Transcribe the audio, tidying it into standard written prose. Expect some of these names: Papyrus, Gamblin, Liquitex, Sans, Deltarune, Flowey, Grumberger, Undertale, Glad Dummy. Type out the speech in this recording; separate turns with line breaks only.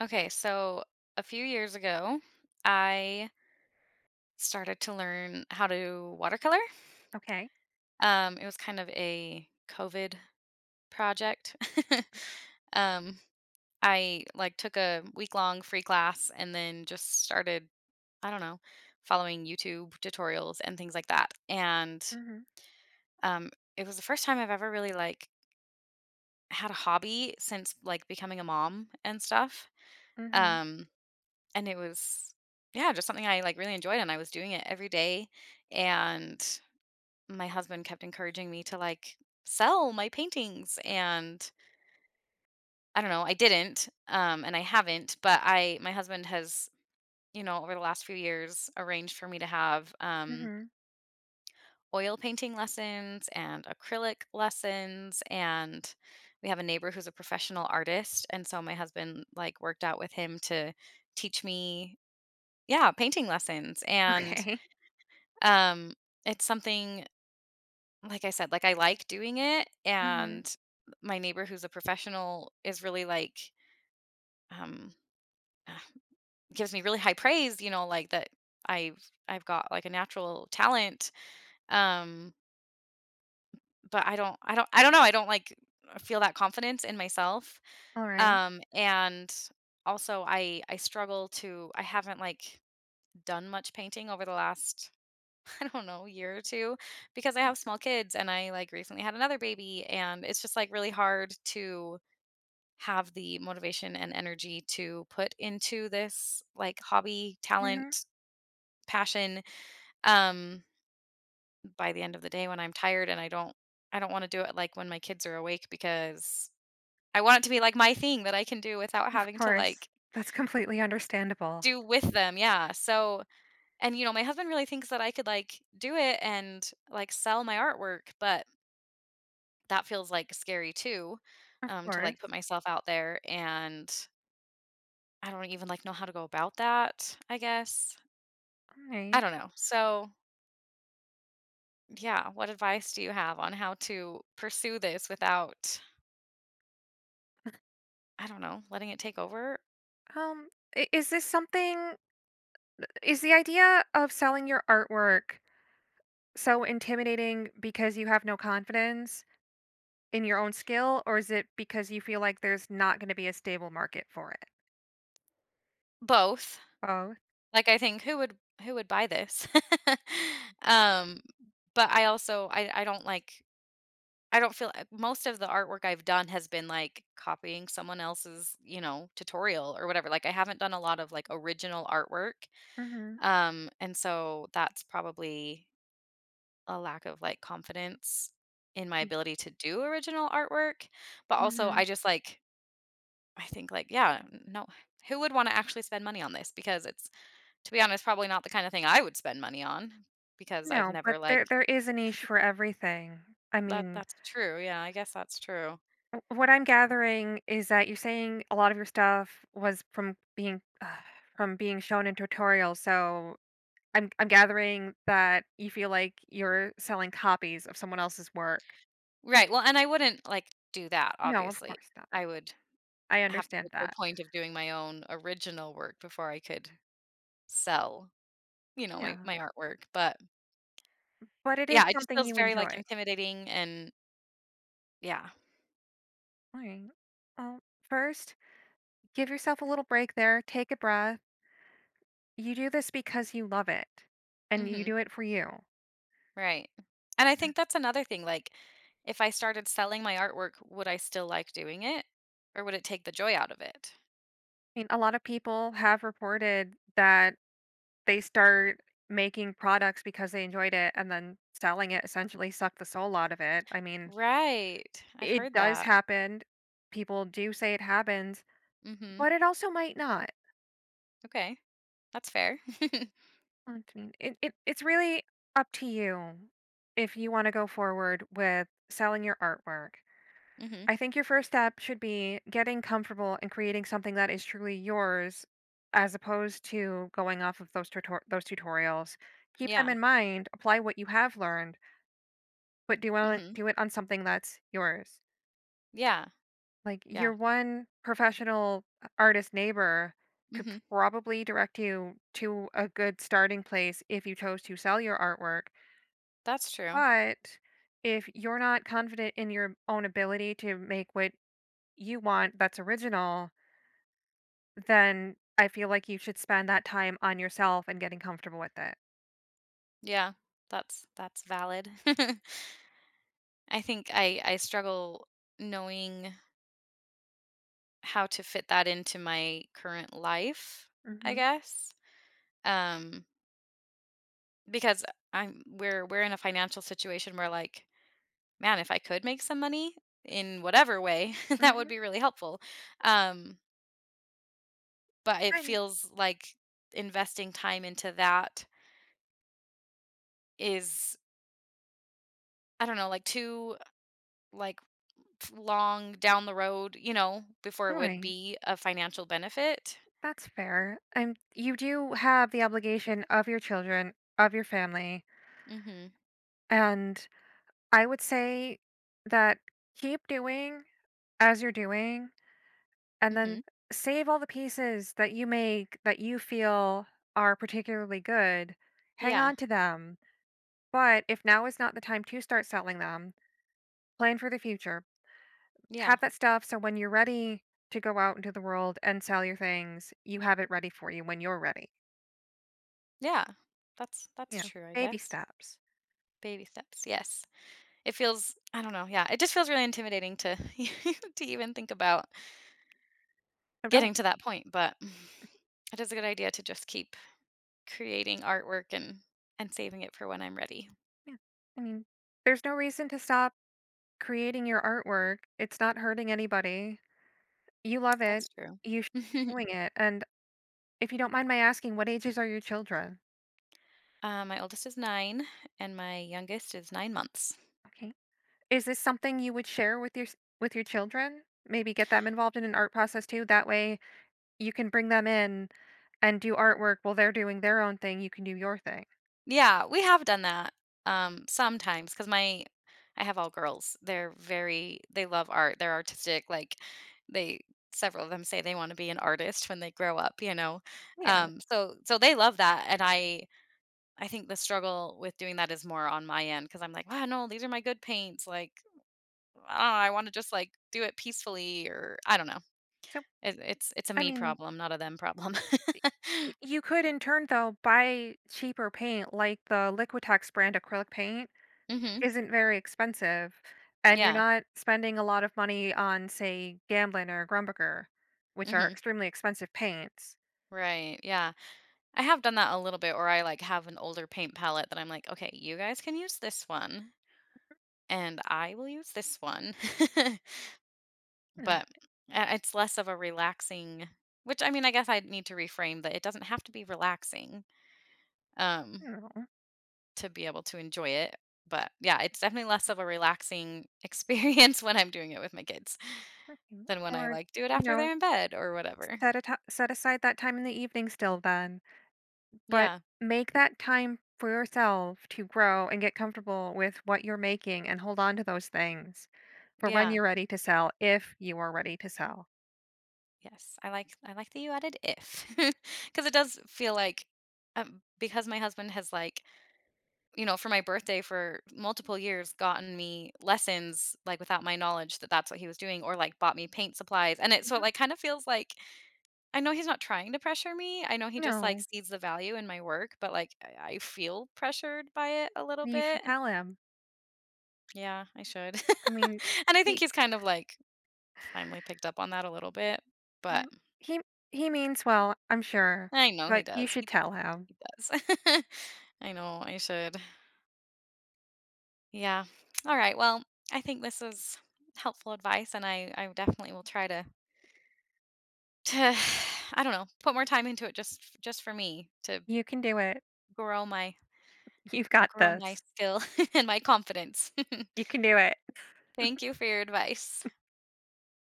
Okay, so a few years ago, I started to learn how to watercolor.
Okay.
It was kind of a COVID project. um, I like took a week long free class and then just started, I don't know, following YouTube tutorials and things like that. And
Mhm.
um, it was the first time I've ever really like had a hobby since like becoming a mom and stuff.
Mhm.
Um, And it was yeah, just something I, like, really enjoyed, and I was doing it every day, and my husband kept encouraging me to, like, sell my paintings, and I don't know, I didn't, and I haven't, but I my husband has, you know, over the last few years arranged for me to have,
Mhm.
oil painting lessons and acrylic lessons, and we have a neighbor who's a professional artist, and so my husband, like, worked out with him to teach me yeah, painting lessons, and
Okay.
Um, it's something like I said, like, I like doing it,
Mhm.
and my neighbor who's a professional is really, like, um, uh, gives me really high praise, you know, like, that I've I've got, like, a natural talent, um, but I don't know, I don't, like, feel that confidence in myself,
All right.
and also I struggle to I haven't, like, done much painting over the last I don't know, year or two because I have small kids and I like recently had another baby and it's just like really hard to have the motivation and energy to put into this like hobby,
Mhm.
talent, passion um by the end of the day when I'm tired and I don't want to do it like when my kids are awake because I want it to be like my thing that I can do without
Of
having to like
course. That's completely understandable.
do with them. Yeah. So, and you know, my husband really thinks that I could like do it and like sell my artwork, but that feels, like, scary too,
Of
to, like,
course.
put myself out there, and I don't even, like, know how to go about that, I guess.
All
I
right.
don't know. So, yeah, what advice do you have on how to pursue this without, I don't know, letting it take over?
Um is this something, is the idea of selling your artwork so intimidating because you have no confidence in your own skill, or is it because you feel like there's not going to be a stable market for it?
Both.
Both.
Like, I think who would buy this? Um, but I also I don't, like I don't feel most of the artwork I've done has been, like, copying someone else's, you know, tutorial or whatever, like, I haven't done a lot of, like, original artwork,
Mhm.
and so that's probably a lack of, like, confidence in my ability to do original artwork, but also I
Mhm.
just, like I think, like, yeah, no who would wanna actually spend money on this? Because it's, to be honest, probably not the kinda thing I would spend money on because I've
No,
never,
but
like
there is a niche for everything. I
that
mean,
that's true, yeah, I guess that's true.
what I'm gathering is that you're saying a lot of your stuff was from being shown in tutorials. So I'm gathering that you feel like you're selling copies of someone else's work.
Right, well, and I wouldn't, like, do that,
No, of
obviously.
course not.
I would
I
have to
understand
get to a
that.
point of doing my own original work before I could sell, you know, my
Yeah,
my artwork, but
but it is
yeah, it just
something
feels
you
very, like,
enjoy.
intimidating and yeah.
All right. Well, first, give yourself a little break there. Take a breath. You do this because you love it, and you
Mhm,
do it for you.
right. And I think that's another thing, like, if I started selling my artwork, would I still like doing it? Or would it take the joy out of it?
I mean, a lot of people have reported that they start making products because they enjoyed it, and then selling it essentially sucked the soul out of it. I mean,
Right, I've
it
heard
does
that.
happen. People do say it happens,
Mhm,
but it also might not.
okay. That's fair.
I mean, it's really up to you if you want to go forward with selling your artwork.
Mhm,
I think your first step should be getting comfortable and creating something that is truly yours, as opposed to going off of those tutorials. Keep them
yeah.
in mind, apply what you have learned, but
Mhm,
do it on something that's yours.
yeah,
Like
yeah,
your one professional artist neighbor could
mhm.
probably direct you to a good starting place if you chose to sell your artwork.
That's true.
But if you're not confident in your own ability to make what you want that's original, then I feel like you should spend that time on yourself and getting comfortable with it.
Yeah. That's valid. I think I struggle knowing how to fit that into my current life, I
Mm-hmm.
guess. Um because I'm we're in a financial situation where like, man, if I could make some money in whatever way, that would be
Mm-hmm.
really helpful. Um but it
I'm
feels like investing time into that is I don't know, like too like long down the road, you know, before it
All
would
right.
be a financial benefit.
That's fair. And you do have the obligation of your children, of your family.
Mhm.
And I would say that keep doing as you're doing, and
Mhm.
then save all the pieces that you make that you feel are particularly good. Hang
Yeah.
on to them. But if now is not the time to start selling them, plan for the future.
Yeah.
Have that stuff so when you're ready to go out into the world and sell your things, you have it ready for you when you're ready.
Yeah. That's
You know,
true, I
baby
guess.
steps.
Baby steps. Yes. It feels I don't know. Yeah. It just feels really intimidating to to even think about
I don't
getting to that point, but it is a good idea to just keep creating artwork and saving it for when I'm ready.
Yeah. I mean, there's no reason to stop creating your artwork. It's not hurting anybody. You love it.
That's true.
You should be doing it. And if you don't mind my asking, what ages are your children?
My oldest is 9 and my youngest is 9 months.
Okay. Is this something you would share with your with your children? Maybe get them involved in an art process too. That way you can bring them in and do artwork while they're doing their own thing. You can do your thing.
Yeah, we have done that, sometimes because my I have all girls. They're very they love art, they're artistic, like, they several of them say they wanna be an artist when they grow up, you know?
Yeah.
So so they love that, and I think the struggle with doing that is more on my end because 'cause I'm like, "Wow, no, these are my good paints," like, ah, "I wanna just, like, do it peacefully," or I don't know.
So
It's a
I
me
mean,
problem, not a them problem.
you could in turn though buy cheaper paint like the Liquitex brand acrylic paint.
Mhm.
Isn't very expensive, and you're
Yeah.
not spending a lot of money on, say, Gamblin or Grumberger, which are
Mhm.
extremely expensive paints.
Right, yeah. I have done that a little bit, or I like have an older paint palette that I'm like, okay, you guys can use this one, and I will use this one.
Yeah,
but it's less of a relaxing, which I mean, I guess I need to reframe that it doesn't have to be relaxing um,
you know,
to be able to enjoy it. But yeah, it's definitely less of a relaxing experience when I'm doing it with my kids
okay.
than when I
Or,
like do it
you
after
know,
they're in bed or whatever.
set a ti set aside that time in the evening still then. But
Yeah.
make that time for yourself to grow and get comfortable with what you're making, and hold on to those things for when
Yeah.
you're ready to sell, if you are ready to sell.
Yes, I like that you added if because it does feel like, because my husband has, like, you know, for my birthday for multiple years, gotten me lessons, like, without my knowledge that that's what he was doing or, like, bought me paint supplies, and it so it,
Mhm.
like, kind of feels like I know he's not trying to pressure me, I know he just, like,
No,
sees the value in my work, but, like, I feel pressured by it a little
you should
bit.
tell him.
Yeah, I should.
I mean,
And I think
he
he's kind of, like, finally picked up on that a little bit,
mm,
but
he he means well, I'm sure,
I know he
but you
does.
should
He
tell him.
It does. I know, I should. Yeah. All right. Well, I think this is helpful advice and I definitely will try to I don't know, put more time into it just just for me to
You can do it.
grow my
You've got
grow my
this.
skill and my confidence.
You can do it.
Thank you for your advice.